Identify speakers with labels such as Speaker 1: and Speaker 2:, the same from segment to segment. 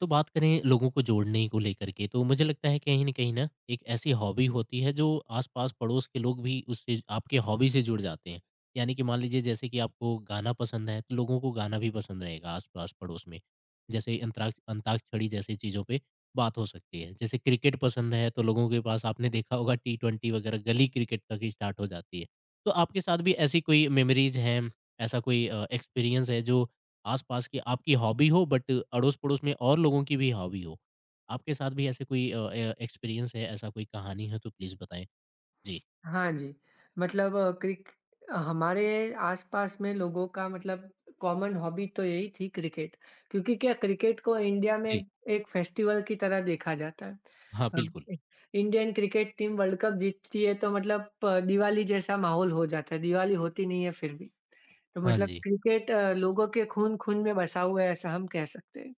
Speaker 1: तो बात करें लोगों को जोड़ने को लेकर के तो मुझे लगता है कहीं न कहीं ना एक ऐसी हॉबी होती है जो आस-पास पड़ोस के लोग भी उससे आपके हॉबी से जुड़ जाते हैं। यानी कि मान लीजिए जैसे कि आपको गाना पसंद है तो लोगों को गाना भी पसंद रहेगा आस-पास पड़ोस में। जैसे अंतराक्ष अंताक्षरी जैसी चीज़ों पे बात हो सकती है। जैसे क्रिकेट पसंद है तो लोगों के पास आपने देखा होगा टी20 वगैरह गली क्रिकेट तक ही स्टार्ट हो जाती है। तो आपके साथ भी ऐसी कोई मेमोरीज़ हैं, ऐसा कोई एक्सपीरियंस है जो आस-पास की आपकी हॉबी हो बट अड़ोस-पड़ोस में और लोगों की भी हॉबी हो। आपके साथ भी ऐसे कोई ए एक्सपीरियंस है, ऐसा कोई कहानी है तो प्लीज़ बताएँ? जी।
Speaker 2: हाँ जी, मतलब क्रिक हमारे आस-पास में लोगों का मतलब कॉमन हॉबी तो यही थी क्रिकेट, क्योंकि क्या क्रिकेट को इंडिया में
Speaker 1: जी।
Speaker 2: एक एक फेस्टिवल की तरह देखा जाता है।
Speaker 1: हाँ,
Speaker 2: अब
Speaker 1: बिल्कुल।
Speaker 2: इ Indian cricket team world cup जीतती है तो मतलब प दिवाली जैसा माहौल हो जाता है, दिवाली होती नहीं है फिर भी। तो
Speaker 1: हाँ
Speaker 2: मतलब
Speaker 1: जी।
Speaker 2: क्रिकेट लोगों के खून-खून में बसा हुआ है ऐसा हम कह सकते हैं।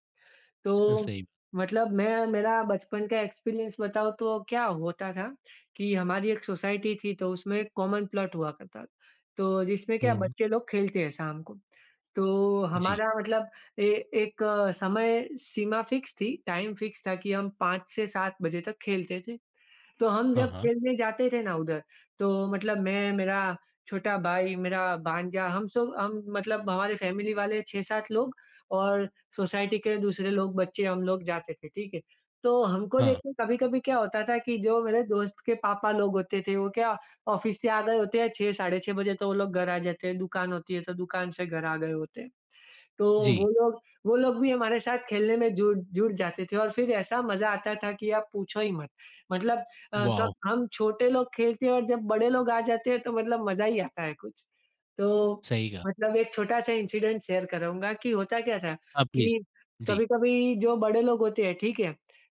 Speaker 2: तो
Speaker 1: सही।
Speaker 2: मतलब मैं मेरा बचपन का एक्सपीरियंस बताऊँ तो क्या होता था कि हमारी एक सोसाइटी थी तो उसमें एक कॉमन प्लॉट हुआ करता था। तो जिसमें क्या
Speaker 1: हुँ।
Speaker 2: बच्चे लोग खेलते हैं शाम को। तो
Speaker 1: जी।
Speaker 2: हमारा मतलब ए एक समय सीमा फिक्स थी, टाइम फिक्स था कि हम 5 से 7 बजे तक खेलते थे। तो हम
Speaker 1: हाँ,
Speaker 2: जब
Speaker 1: हाँ।
Speaker 2: खेलने जाते थे ना उधर, तो मतलब मेरा छोटा भाई, मेरा भांजा, हम सब हम मतलब हमारे फैमिली वाले 6-7 लोग और सोसाइटी के दूसरे लोग, बच्चे हम लोग जाते थे, ठीक है? तो हमको देख
Speaker 1: हाँ।
Speaker 2: के कभी-कभी क्या होता था कि जो मेरे दोस्त के पापा लोग होते थे, वो क्या ऑफ़िस से आ गए होते हैं 6 साढ़े 6 बजे, तो वो लोग घर आ जाते हैं, दुकान होती है, तो दुकान से घर आ गए होते हैं। तो
Speaker 1: जी।
Speaker 2: वो लोग वो लोग भी हमारे साथ खेलने में जुड़ जुड़ जाते थे और फिर ऐसा मज़ा आता था कि आप पूछो ही मत। मतलब कब
Speaker 1: वॉव!
Speaker 2: हम छोटे लोग खेलते हैं और जब बड़े लोग आ जाते हैं तो मतलब मज़ा ही आता है कुछ। तो
Speaker 1: सही कहा।
Speaker 2: मतलब एक छोटा-सा इंसिडेंट शेयर करूँगा कि होता क्या था
Speaker 1: हाँ, प्लीज़।
Speaker 2: कि
Speaker 1: जी।
Speaker 2: कभी-कभी जो बड़े लोग होते हैं, ठीक है?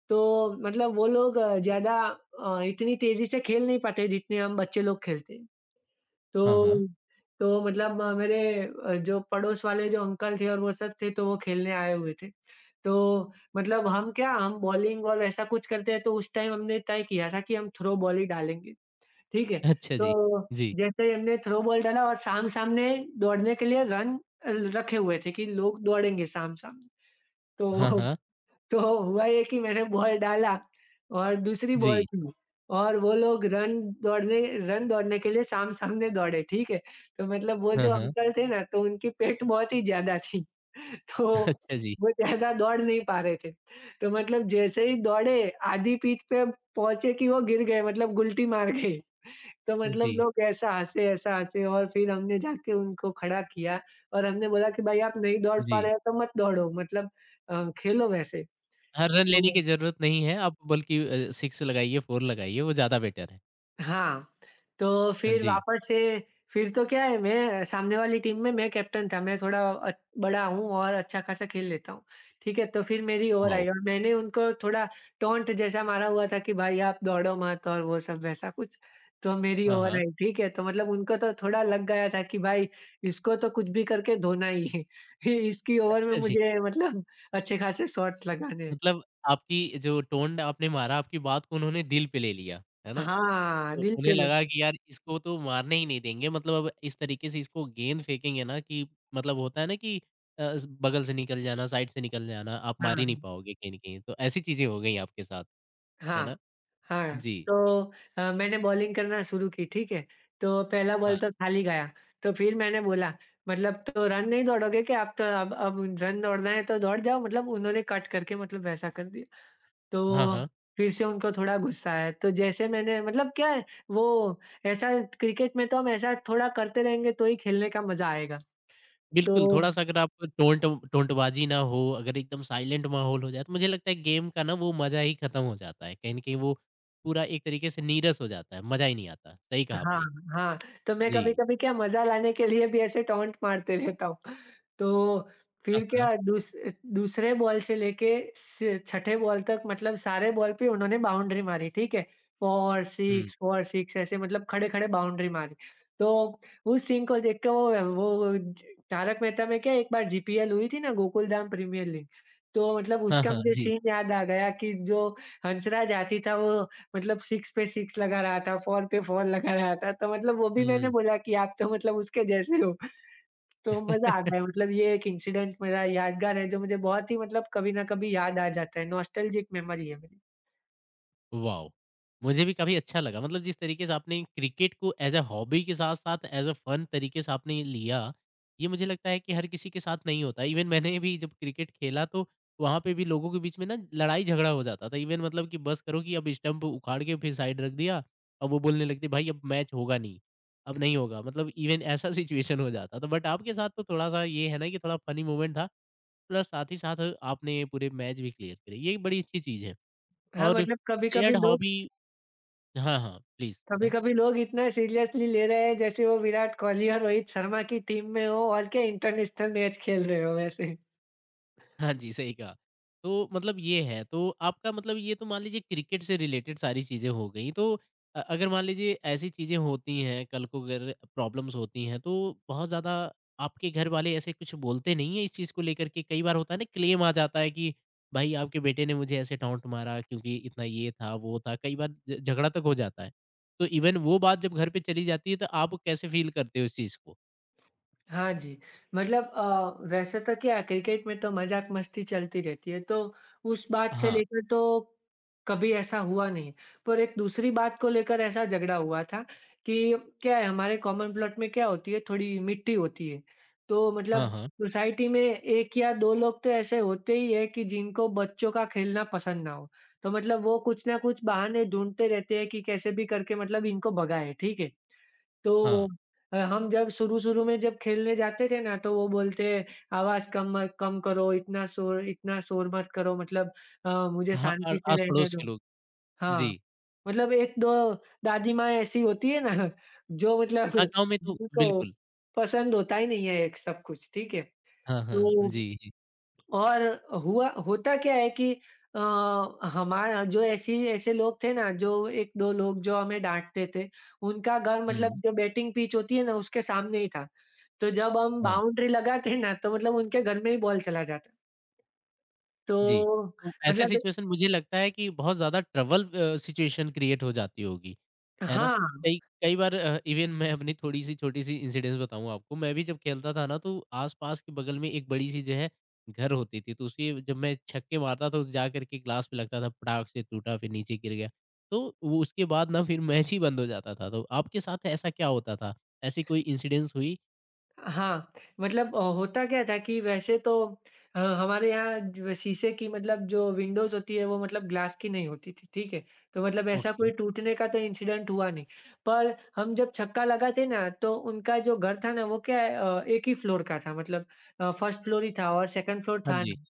Speaker 2: तो मतलब वो लोग ज़्यादा इतनी तेज़ी से खेल नहीं पाते जितने हम बच्चे लोग खेलते हैं।
Speaker 1: हाँ, हाँ।
Speaker 2: तो तो मतलब मेरे जो पड़ोस वाले जो अंकल थे और वो सब थे तो वो खेलने आए हुए थे। तो मतलब हम क्या हम बॉलिंग और ऐसा कुछ करते हैं तो उस टाइम हमने तय किया था कि हम थ्रो बॉल ही डालेंगे, ठीक है?
Speaker 1: अच्छा जी।
Speaker 2: तो
Speaker 1: जी।
Speaker 2: जैसे ही हमने थ्रो बॉल डाला और साम-सामने दौड़ने के लिए रन अ, रखे हुए थे कि लोग दौड़ेंगे साम-सामने।
Speaker 1: हाँ,
Speaker 2: तो
Speaker 1: हाँ।
Speaker 2: तो हुआ ये कि मैंने बॉल डाला और दूसरी बॉल
Speaker 1: जी।
Speaker 2: थी और वो लोग रन दौड़ने के लिए साम-सामने दौड़े, ठीक है? तो मतलब वो जो
Speaker 1: हाँ, हाँ।
Speaker 2: अंकल थे ना तो उनकी पिठ बहुत ही ज़्यादा थी। तो
Speaker 1: अच्छा जी।
Speaker 2: वो ज़्यादा दौड़ नहीं पा रहे थे। तो मतलब जैसे ही दौड़े आधी पिच पे पहुँचे कि वो गिर गए मतलब गुलटी मार गई। तो मतलब
Speaker 1: जी।
Speaker 2: लोग ऐसा हँसे और फिर हमने जाके उनको खड़ा किया और हमने बोला कि भाई आप नहीं दौड़ पा
Speaker 1: जी।
Speaker 2: रहे हो तो मत दौड़ो मतलब खेलो वैसे।
Speaker 1: हाँ, रन लेने
Speaker 2: तो
Speaker 1: की ज़रूरत नहीं है। आप बल्कि 6 लगाइए, 4 लगाइए, वो ज़्यादा बेटर है।
Speaker 2: हाँ, तो
Speaker 1: हाँ
Speaker 2: फिर
Speaker 1: जी।
Speaker 2: वापस से फिर तो क्या है मैं सामने वाली टीम में मैं कैप्टन था, मैं थोड़ा बड़ा हूँ और अच्छा खासा खेल लेता हूँ, ठीक है? तो फिर मेरी ओवर
Speaker 1: वॉव!
Speaker 2: आई और मैंने उनको थोड़ा टॉन्ट जैसा मारा हुआ था कि भाई आप दौड़ो मत और वो सब वैसा कुछ, तो मेरी
Speaker 1: हाँ,
Speaker 2: ओवर
Speaker 1: हाँ।
Speaker 2: आई, ठीक है? तो मतलब उनको तो थोड़ा लग गया था कि भाई इसको तो कुछ भी करके धोना ही है, इसकी ओवर में
Speaker 1: अच्छा जी।
Speaker 2: मुझे मतलब अच्छे खासे शॉट्स लगाने हैं।
Speaker 1: मतलब आपकी जो टोन आपने मारा, आपकी बात को उन्होंने दिल पे ले लिया, है ना?
Speaker 2: हाँ,
Speaker 1: तो
Speaker 2: दिल
Speaker 1: उन्हें
Speaker 2: पे
Speaker 1: लगा
Speaker 2: लगी।
Speaker 1: कि यार इसको तो मारने ही नहीं देंगे मतलब अब इस तरीके से इसको गेंद फेंकेंगे ना कि मतलब होता है ना कि स बगल से निकल जाना, साइड से निकल जाना, आप
Speaker 2: हाँ,
Speaker 1: मार ही नहीं
Speaker 2: हाँ।
Speaker 1: पाओगे कहीं न कहीं। तो ऐसी चीज़ें हो गई आपके साथ, है ना?
Speaker 2: हाँ। हाँ,
Speaker 1: जी।
Speaker 2: तो मैंने बॉलिंग करना शुरू की, ठीक है? तो पहला बॉल
Speaker 1: हाँ,
Speaker 2: तो खाली गया, तो फिर मैंने बोला मतलब तो रन नहीं दौड़ोगे क्या? अब तो अब रन दौड़ना है तो दौड़ जाओ मतलब उन्होंने कट करके मतलब वैसा कर दिया।
Speaker 1: हाँ,
Speaker 2: तो
Speaker 1: हाँ।
Speaker 2: फिर से उनको थोड़ा गुस्सा आया, तो जैसे मैंने मतलब क्या है वो ऐसा क्रिकेट में तो हम ऐसा थोड़ा करते रहेंगे तो ही खेलने का मज़ा आएगा।
Speaker 1: बिल्कुल,
Speaker 2: तो
Speaker 1: थोड़ा-सा अगर आप टोंट टोंटबाजी ना हो, अगर एकदम साइलेंट माहौल हो जाए, तो मुझे लगता है गेम का ना वो मज़ा ही खत्म हो जाता है। कहीं न कहीं वो पूरा एक तरीके से नीरस हो जाता है, मज़ा ही नहीं आता। सही कहा
Speaker 2: हाँ,
Speaker 1: आपने।
Speaker 2: हाँ, तो मैं
Speaker 1: जी।
Speaker 2: कभी-कभी क्या मज़ा लाने के लिए भी ऐसे टॉन्ट मारते रहता हूँ। तो
Speaker 1: हाँ,
Speaker 2: फिर
Speaker 1: हाँ।
Speaker 2: क्या दूसरे बॉल से लेके स छठे बॉल तक मतलब सारे बॉल पे उन्होंने बाउंड्री मारी, ठीक है? 4 6
Speaker 1: हुँ।
Speaker 2: 4 6 ऐसे मतलब खड़े-खड़े बाउंड्री मारी। तो उस सीन को देख के वो ज तारक मेहता में क्या एक बार जीपीएल हुई थी ना गोकुलधाम प्रीमियर लीग, तो मतलब
Speaker 1: हाँ,
Speaker 2: उसका
Speaker 1: हाँ,
Speaker 2: मुझे
Speaker 1: जी।
Speaker 2: सीन याद आ गया कि जो हंसराज हाथी था वो मतलब 6 पे 6 लगा रहा था, 4 पे 4 लगा रहा था, तो मतलब वो भी मैंने
Speaker 1: हुँ,
Speaker 2: बोला कि आप तो मतलब उसके जैसे हो। तो मज़ा आ गया मतलब ये एक इंसिडेंट मेरा यादगार है, जो मुझे बहुत ही मतलब कभी न कभी याद आ जाता है, नॉस्टैल्जिक मेमोरी है मेरी।
Speaker 1: वॉव! मुझे भी काफ़ी अच्छा लगा मतलब जिस तरीके से आपने क्रिकेट को एज़ अ हॉबी के साथ-साथ एज़ अ फन तरीके से आपने ये लिया, ये मुझे लगता है कि हर किसी के साथ नहीं होता। इवन मैंने भी जब क्रिकेट खेला तो वहाँ पे भी लोगों के बीच में ना लड़ाई-झगड़ा हो जाता था। इवन मतलब कि बस करो कि अब स्टंप उखाड़ के फिर साइड रख दिया और वो बोलने लगते भाई अब मैच होगा नहीं, अब नहीं होगा मतलब इवन ऐसा सिचुएशन हो जाता था। बट आपके साथ तो थोड़ा-सा ये है ना कि थोड़ा फनी मोमेंट था। प्लस साथ ही साथ आपने पूरे मैच भी क्लियर करे, ये बड़ी अच्छी चीज़ है
Speaker 2: हाँ,
Speaker 1: और
Speaker 2: मतलब
Speaker 1: शेयर्ड हॉबी हाँ, हाँ, प्लीज़ बताएँ।
Speaker 2: कभी-कभी लोग इतना सीरियसली ले रहे हैं जैसे वो विराट कोहली और रोहित शर्मा की टीम में हो और क्या इंटरनेशनल मैच खेल रहे हो वैसे।
Speaker 1: हाँ जी, सही कहा। तो मतलब ये है, तो आपका मतलब ये तो मान लीजिए क्रिकेट से रिलेटेड सारी चीज़ें हो गई, तो अगर मान लीजिए ऐसी चीज़ें होती हैं, कल को अगर प्रॉब्लम्स होती हैं, तो बहुत ज़्यादा आपके घर वाले ऐसे कुछ बोलते नहीं हैं इस चीज़ को लेकर के? कई बार होता है ना क्लेम आ जाता है कि भाई आपके बेटे ने मुझे ऐसे डाँट मारा क्योंकि इतना ये था, वो था, कई बार झ झगड़ा तक हो जाता है। तो इवन वो बात जब घर पे चली जाती है, तो आप कैसे फ़ील करते हो इस चीज़ को?
Speaker 2: हाँ जी, मतलब वैसे तो क्या है क्रिकेट में तो मज़ाक मस्ती चलती रहती है, तो उस बात से
Speaker 1: हाँ।
Speaker 2: लेकर तो कभी ऐसा हुआ नहीं। पर एक दूसरी बात को लेकर ऐसा झगड़ा हुआ था कि क्या है हमारे कॉमन प्लॉट में क्या होती है थोड़ी मिट्टी होती है। तो मतलब
Speaker 1: हाँ, हाँ।
Speaker 2: सोसाइटी में 1 या 2 लोग तो ऐसे होते ही हैं कि जिनको बच्चों का खेलना पसंद ना हो। तो मतलब वो कुछ ना कुछ बहाने ढूँढते रहते हैं कि कैसे भी करके मतलब इनको भगाएँ, ठीक है? तो
Speaker 1: हाँ।
Speaker 2: हम जब शुरू-शुरू में जब खेलने जाते थे ना, तो वो बोलते आवाज़ कम मत कम करो, इतना शोर मत करो मतलब मुझे
Speaker 1: हाँ,
Speaker 2: शांति से रहने
Speaker 1: आस-पड़ोस
Speaker 2: दो।
Speaker 1: के लोग।
Speaker 2: हाँ,
Speaker 1: जी।
Speaker 2: मतलब 1-2 दादी माँ ऐसी होती है ना जो मतलब
Speaker 1: हाँ, गाँव में तो
Speaker 2: जिनको
Speaker 1: बिल्कुल।
Speaker 2: पसंद होता ही नहीं है एक सब कुछ, ठीक है?
Speaker 1: हाँ, हाँ।
Speaker 2: तो
Speaker 1: जी, जी।
Speaker 2: और हुआ होता क्या है कि अ, हमारा जो ऐसी ऐसे लोग थे ना जो 1-2 लोग जो हमें डाँटते थे, उनका घर मतलब
Speaker 1: हुँ,
Speaker 2: जो बैटिंग पिच होती है ना उसके सामने ही था। तो जब हम
Speaker 1: हाँ।
Speaker 2: बाउंड्री लगाते ना तो मतलब उनके घर में ही बॉल चला जाता।
Speaker 1: जी,
Speaker 2: तो
Speaker 1: तो ऐसे
Speaker 2: मतलब
Speaker 1: सिचुएशन मुझे लगता है कि बहुत ज़्यादा ट्रबल सिचुएशन क्रिएट हो जाती होगी, है ना?
Speaker 2: हाँ।
Speaker 1: कई कई बार इवन मैं अपनी थोड़ी-सी छोटी-सी इंसिडेंस बताऊँ आपको, मैं भी जब खेलता था ना तो आस-पास के बगल में एक बड़ी-सी जो है घर होती थी, तो उसकी जब मैं छक्के मारता तो जा कर के ग्लास पे लगता था, पटाक से टूटा फिर नीचे गिर गया। तो वो उसके बाद ना फिर मैच ही बंद हो जाता था, तो आपके साथ ऐसा क्या होता था? ऐसी कोई इंसिडेंस हुई?
Speaker 2: हाँ, मतलब होता क्या था कि वैसे तो हमारे यहाँ ज शीशे की मतलब जो विंडोज़ होती है वो मतलब ग्लास की नहीं होती थी, ठीक है? तो मतलब ऐसा
Speaker 1: ओके।
Speaker 2: कोई टूटने का तो इंसिडेंट हुआ नहीं। पर हम जब छक्का लगाते ना तो उनका जो घर था ना वो क्या है एक ही फ्लोर का था मतलब फर्स्ट फ्लोर ही था और सेकंड फ्लोर
Speaker 1: हाँ
Speaker 2: था
Speaker 1: जी।
Speaker 2: नहीं।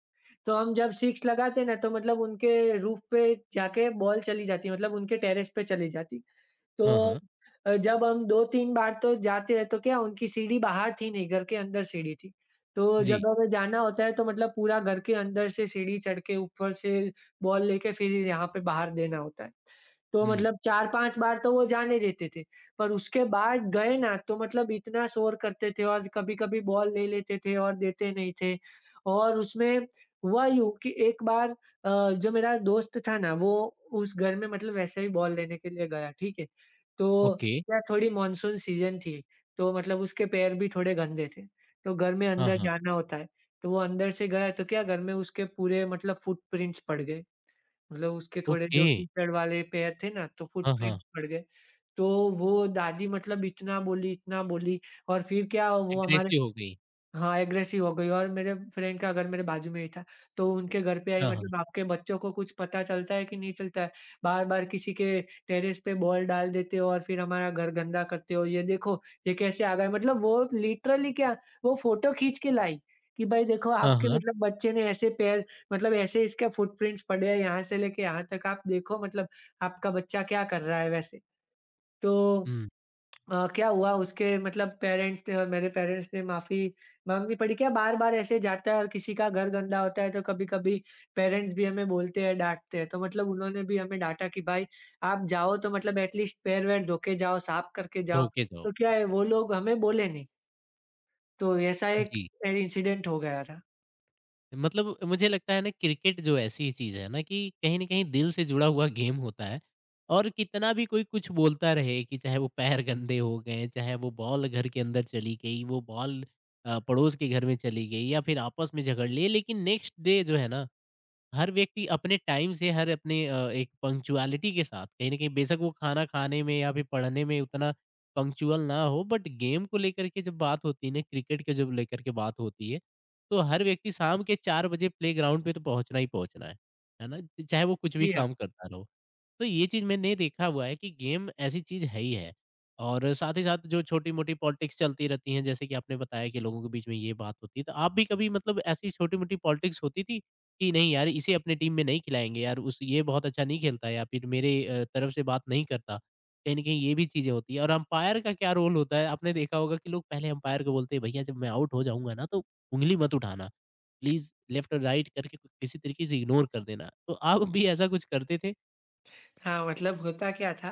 Speaker 2: तो हम जब सिक्स लगाते ना तो मतलब उनके रूफ पे जाके बॉल चली जाती मतलब उनके टेरेस पे चली जाती।
Speaker 1: हाँ,
Speaker 2: तो
Speaker 1: हाँ।
Speaker 2: जब हम 2-3 बार तो जाते हैं तो क्या उनकी सीढ़ी बाहर थी नहीं, घर के अंदर सीढ़ी थी। तो
Speaker 1: जी।
Speaker 2: जब हमें जाना होता है तो मतलब पूरा घर के अंदर से सीढ़ी चढ़ के ऊपर से बॉल लेके फिर यहाँ पे बाहर देना होता है। तो
Speaker 1: हुँ,
Speaker 2: मतलब 4-5 बार तो वो जाने देते थे, पर उसके बाद गए ना तो मतलब इतना शोर करते थे और कभी-कभी बॉल ले लेते थे और देते नहीं थे। और उसमें हुआ यूँ कि एक बार जो मेरा दोस्त था ना वो उस घर में मतलब वैसे ही बॉल लेने के लिए गया, ठीक है? तो
Speaker 1: ओके।
Speaker 2: क्या थोड़ी मानसून सीज़न थी, तो मतलब उसके पैर भी थोड़े गंदे थे, तो घर में
Speaker 1: हाँ,
Speaker 2: अंदर
Speaker 1: हाँ।
Speaker 2: जाना होता है, तो वो अंदर से गया तो क्या घर में उसके पूरे मतलब फुटप्रिंट्स पड़ गए, मतलब उसके थोड़े
Speaker 1: ओके।
Speaker 2: जो कीचड़ वाले पैर थे ना, तो
Speaker 1: हाँ, हाँ।
Speaker 2: फुटप्रिंट्स पड़ गए। तो वो दादी मतलब इतना बोली और फिर क्या वो हमारे
Speaker 1: एग्रेसिव हो गई।
Speaker 2: हाँ, एग्रेसिव हो गई और मेरे फ्रेंड का घर मेरे बाजू में ही था, तो उनके घर पे आई
Speaker 1: हाँ, हाँ।
Speaker 2: मतलब आपके बच्चों को कुछ पता चलता है कि नहीं चलता है? बार-बार किसी के टेरेस पे बॉल डाल देते हो और फिर हमारा घर गंदा करते हो, ये देखो, ये कैसे आ गए? मतलब वो लिटरली क्या, वो फ़ोटो खींच के लाई कि भाई देखो
Speaker 1: हाँ,
Speaker 2: आपके
Speaker 1: हाँ।
Speaker 2: मतलब बच्चे ने ऐसे पैर मतलब ऐसे इसके फुटप्रिंट्स पड़े हैं यहाँ से लेके यहाँ तक, आप देखो मतलब आपका बच्चा क्या कर रहा है वैसे। तो
Speaker 1: हुँ,
Speaker 2: क्या हुआ उसके मतलब पेरेंट्स ने और मेरे पेरेंट्स ने माफ़ी माँगनी पड़ी। क्या बार-बार ऐसे जाता है और किसी का घर गंदा होता है तो कभी-कभी पेरेंट्स भी हमें बोलते हैं, डाँटते हैं। तो मतलब उन्होंने भी हमें डाँटा कि भाई आप जाओ तो मतलब एटलीस्ट पैर-वैर धो के जाओ, साफ करके जाओ।
Speaker 1: धोखे जाओ।
Speaker 2: तो क्या है वो लोग हमें बोले नहीं। तो ऐसा एक
Speaker 1: जी।
Speaker 2: इंसिडेंट हो गया था।
Speaker 1: मतलब मुझे लगता है ना क्रिकेट जो ऐसी चीज़ है ना कि कहीं न कहीं दिल से जुड़ा हुआ गेम होता है और कितना भी कोई कुछ बोलता रहे कि चाहे वो पैर गंदे हो गए, चाहे वो बॉल घर के अंदर चली गई, वो बॉल पड़ोस के घर में चली गई या फिर आपस में झगड़ लिए, लेकिन नेक्स्ट डे जो है ना हर व्यक्ति अपने टाइम से हर अपने एक पंक्चुअलिटी के साथ कहीं न कहीं बेशक वो खाना खाने में या फिर पढ़ने में उतना पंक्चुअल ना हो बट गेम को लेकर के जब बात होती है ना क्रिकेट के जब लेकर के बात होती है, तो हर व्यक्ति शाम के 4 बजे प्लेग्राउंड पे तो पहुँचना ही पहुँचना है। है ना? चाहे वो कुछ भी
Speaker 2: जी हाँ।
Speaker 1: काम करता रहो। तो ये चीज़ मैंने देखा हुआ है कि गेम ऐसी चीज़ है ही है। और साथ ही साथ जो छोटी-मोटी पॉलिटिक्स चलती रहती हैं, जैसे कि आपने बताया कि लोगों के बीच में ये बात होती है, तो आप भी कभी मतलब ऐसी छोटी-मोटी पॉलिटिक्स होती थी कि नहीं यार इसे अपनी टीम में नहीं खिलाएँगे यार, उस ये बहुत अच्छा नहीं खेलता है, या फिर मेरे तरफ से बात नहीं करता। कहीं न कहीं ये भी चीज़ें होती हैं और अंपायर का क्या रोल होता है? आपने देखा होगा कि लोग पहले अंपायर को बोलते हैं, "भैया जब मैं आउट हो जाऊँगा ना तो उँगली मत उठाना। प्लीज़ लेफ्ट और राइट करके किसी तरीके से इग्नोर कर देना।" तो आप भी ऐसा कुछ करते थे?
Speaker 2: हाँ, मतलब होता क्या था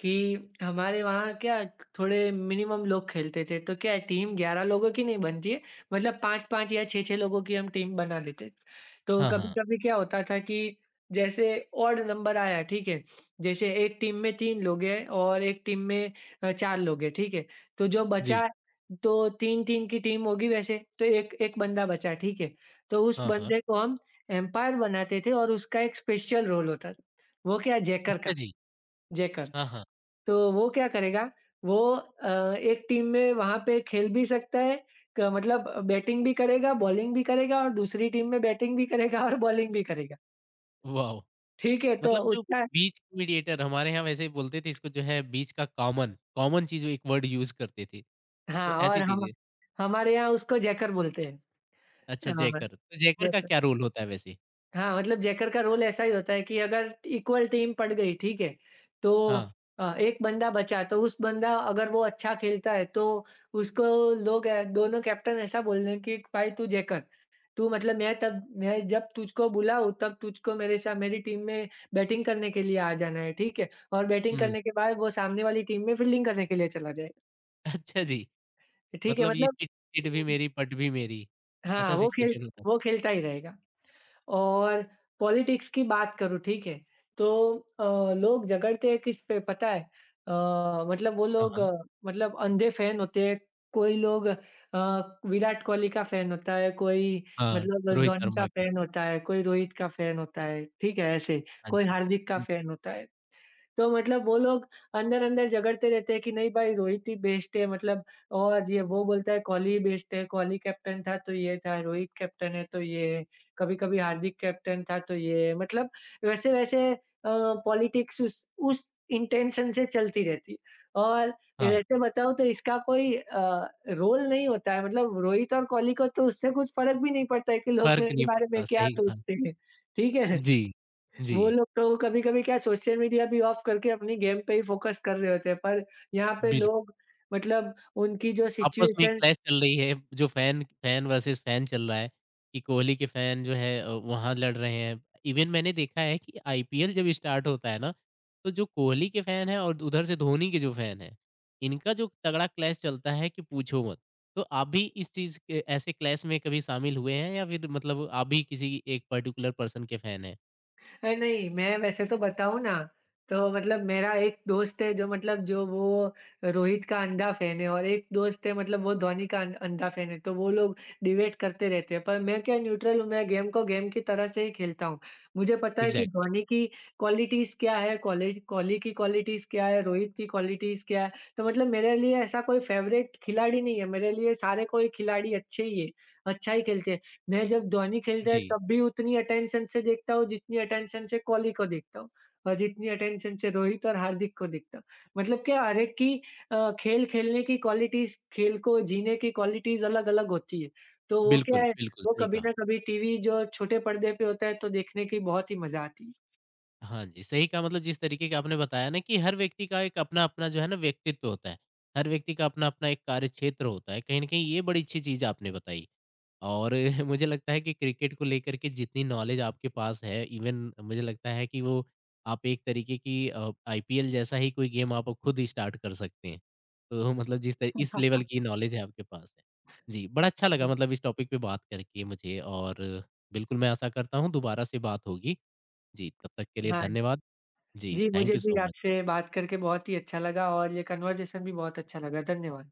Speaker 2: कि हमारे वहाँ क्या थोड़े मिनिमम लोग खेलते थे, तो क्या है टीम 11 लोगों की नहीं बनती है, मतलब 5-5 या 6-6 लोगों की हम टीम बना लेते। तो हुँ।
Speaker 1: हाँ, हाँ।
Speaker 2: कभी-कभी क्या होता था कि जैसे ऑड नंबर आया, ठीक है? जैसे एक टीम में 3 लोग हैं और एक टीम में 4 लोग हैं, ठीक है? तो जो
Speaker 1: जी।
Speaker 2: बचा तो 3-3 की टीम होगी वैसे, तो एक एक बंदा बचा, ठीक है? तो उस
Speaker 1: हाँ, हाँ।
Speaker 2: बंदे को हम एम्पायर बनाते थे और उसका एक स्पेशल रोल होता वो क्या जैकर का,
Speaker 1: अच्छा जी।
Speaker 2: जैकर।
Speaker 1: हाँ, हाँ।
Speaker 2: तो वो क्या करेगा, वो एक टीम में वहाँ पे खेल भी सकता है क मतलब बैटिंग भी करेगा, बॉलिंग भी करेगा और दूसरी टीम में बैटिंग भी करेगा और बॉलिंग भी करेगा।
Speaker 1: वॉव!
Speaker 2: ठीक है? तो
Speaker 1: मतलब जो
Speaker 2: उसका
Speaker 1: बीच मीडिएटर हमारे यहाँ वैसे ही बोलते थे इसको जो है बीच का कॉमन, कॉमन चीज़ एक वर्ड यूज़ करते थे। तो
Speaker 2: हाँ, और
Speaker 1: ऐसी
Speaker 2: हम
Speaker 1: चीज़ें
Speaker 2: हमारे यहाँ उसको जैकर बोलते हैं।
Speaker 1: अच्छा
Speaker 2: हाँ,
Speaker 1: जैकर, तो जैकर का
Speaker 2: जैकर।
Speaker 1: क्या रोल होता है वैसे?
Speaker 2: हाँ, मतलब जैकर का रोल ऐसा ही होता है कि अगर इक्वल टीम पड़ गई, ठीक है? तो
Speaker 1: हाँ।
Speaker 2: एक बंदा बचा, तो उस बंदा अगर वो अच्छा खेलता है, तो उसको लोग दोनों कैप्टन ऐसा बोल रहे हैं कि भाई तू जैकर, तू मतलब मैं जब तुझको बुलाऊँ, तब तुझको मेरे साथ मेरी टीम में बैटिंग करने के लिए आ जाना है, ठीक है? और बैटिंग
Speaker 1: हुँ।
Speaker 2: करने के बाद वो सामने वाली टीम में फील्डिंग करने के लिए चला जाएगा,
Speaker 1: अच्छा जी।
Speaker 2: ठीक है?
Speaker 1: मतलब ये
Speaker 2: मतलब
Speaker 1: चिट चिट भी मेरी पट भी मेरी, ऐसा
Speaker 2: हाँ,
Speaker 1: सिचुएशन होता है।
Speaker 2: वो खेलता ही रहेगा। और पॉलिटिक्स की बात करूँ, ठीक है? तो लोग झगड़ते हैं किस पे पता है? अ, मतलब वो
Speaker 1: हाँ,
Speaker 2: लोग
Speaker 1: हाँ।
Speaker 2: मतलब अंधे फैन होते हैं, कोई लोग विराट कोहली का फैन होता है, कोई
Speaker 1: हाँ,
Speaker 2: मतलब
Speaker 1: रोहित
Speaker 2: धोनी का
Speaker 1: शर्मा के।
Speaker 2: फैन होता है, कोई रोहित का फैन होता है, ठीक है? ऐसे,
Speaker 1: हाँ
Speaker 2: कोई
Speaker 1: जी।
Speaker 2: हार्दिक का
Speaker 1: हुँ,
Speaker 2: फैन होता है। तो मतलब वो लोग अंदर-अंदर झगड़ते रहते हैं कि नहीं भाई रोहित ही बेस्ट है मतलब और ये वो बोलता है कोहली ही बेस्ट है, कोहली कैप्टन था तो ये था, रोहित कैप्टन है तो ये है, कभी-कभी हार्दिक कैप्टन था तो ये है। मतलब वैसे-वैसे पॉलिटिक्स उस इंटेंशन से चलती रहती है और
Speaker 1: हाँ,
Speaker 2: वैसे बताऊँ तो इसका कोई रोल नहीं होता है मतलब रोहित और कोहली को तो उससे कुछ फ़र्क भी नहीं पड़ता है कि लोग
Speaker 1: फ़र्क
Speaker 2: मेरे
Speaker 1: नहीं
Speaker 2: बारे में
Speaker 1: पड़ता,
Speaker 2: क्या
Speaker 1: सही कहा।
Speaker 2: सोचते हैं, ठीक है?
Speaker 1: जी। जी,
Speaker 2: वो लोग तो कभी-कभी क्या सोशल मीडिया भी ऑफ करके अपनी गेम पे ही फ़ोकस कर रहे होते हैं, पर यहाँ पे
Speaker 1: बिल्कुल।
Speaker 2: लोग मतलब उनकी जो
Speaker 1: आपस में
Speaker 2: सिचुएशन
Speaker 1: क्लैश चल रही है, जो फैन फैन वर्सेस फैन चल रहा है, कि कोहली के फैन जो है वहाँ लड़ रहे हैं। इवन मैंने देखा है कि आईपीएल जब स्टार्ट होता है ना, तो जो कोहली के फैन हैं और उधर से धोनी के जो फैन हैं, इनका जो तगड़ा क्लैश चलता है कि पूछो मत। तो आप भी इस चीज़ के ऐसे क्लैश में कभी शामिल हुए हैं या फिर मतलब आप भी किसी एक पर्टिकुलर पर्सन के फैन हैं?
Speaker 2: नहीं, मैं वैसे तो बताऊँ ना, तो मतलब मेरा एक दोस्त है जो मतलब जो वो रोहित का अंधा फैन है और एक दोस्त है मतलब वो धोनी का अंधा फैन है, तो वो लोग डिबेट करते रहते हैं। पर मैं क्या न्यूट्रल हूँ, मैं गेम को गेम की तरह से ही खेलता हूँ। मुझे पता है कि
Speaker 1: एग्ज़ैक्टली।
Speaker 2: धोनी की क्वालिटीज़ क्या है, कॉलेज कोहली की क्वालिटीज़ क्या है, रोहित की क्वालिटीज़ क्या है। तो मतलब मेरे लिए ऐसा कोई फ़ेवरेट खिलाड़ी नहीं है, मेरे लिए सारे कोई खिलाड़ी अच्छे ही है, अच्छा ही खेलते हैं। मैं जब धोनी खेलता है
Speaker 1: जी,
Speaker 2: तब भी उतनी अटेंशन से देखता हूँ जितनी अटेंशन से कोहली को देखता हूँ और जितनी अटेंशन से रोहित और हार्दिक को देखता हूँ। मतलब क्या हर एक की खेल खेलने की क्वालिटीज़, खेल को जीने की क्वालिटीज़ अलग-अलग होती है। तो वो क्या
Speaker 1: बिल्कुल,
Speaker 2: है,
Speaker 1: बिल्कुल,
Speaker 2: वो
Speaker 1: सही
Speaker 2: कभी
Speaker 1: कहा।
Speaker 2: ना कभी टीवी जो छोटे पर्दे पे होता है तो देखने की बहुत ही मज़ा आती है।
Speaker 1: हाँ जी, सही कहा मतलब जिस तरीके का आपने बताया ना कि हर व्यक्ति का एक अपना-अपना जो है ना व्यक्तित्व होता है। हर व्यक्ति का अपना-अपना एक कार्यक्षेत्र होता है। कहीं न कहीं ये बड़ी अच्छी चीज़ आपने बताई और मुझे लगता है कि क्रिकेट को लेकर के जितनी नॉलेज आपके पास है इवन मुझे लगता है कि वो आप एक तरीके की आईपीएल जैसा ही कोई गेम आप खुद ही स्टार्ट कर सकते हैं। तो मतलब जिस त इस लेवल की नॉलेज है आपके पास है। जी, बड़ा अच्छा लगा मतलब इस टॉपिक पे बात करके मुझे और बिल्कुल मैं आशा करता हूँ दोबारा से बात होगी। जी, तब तक के लिए
Speaker 2: हाँ,
Speaker 1: धन्यवाद। जी,
Speaker 2: जी
Speaker 1: थैंक
Speaker 2: मुझे
Speaker 1: यू
Speaker 2: भी
Speaker 1: सो मच।
Speaker 2: आपसे बात करके बहुत ही अच्छा लगा और ये कन्वर्सेशन भी बहुत अच्छा लगा। धन्यवाद।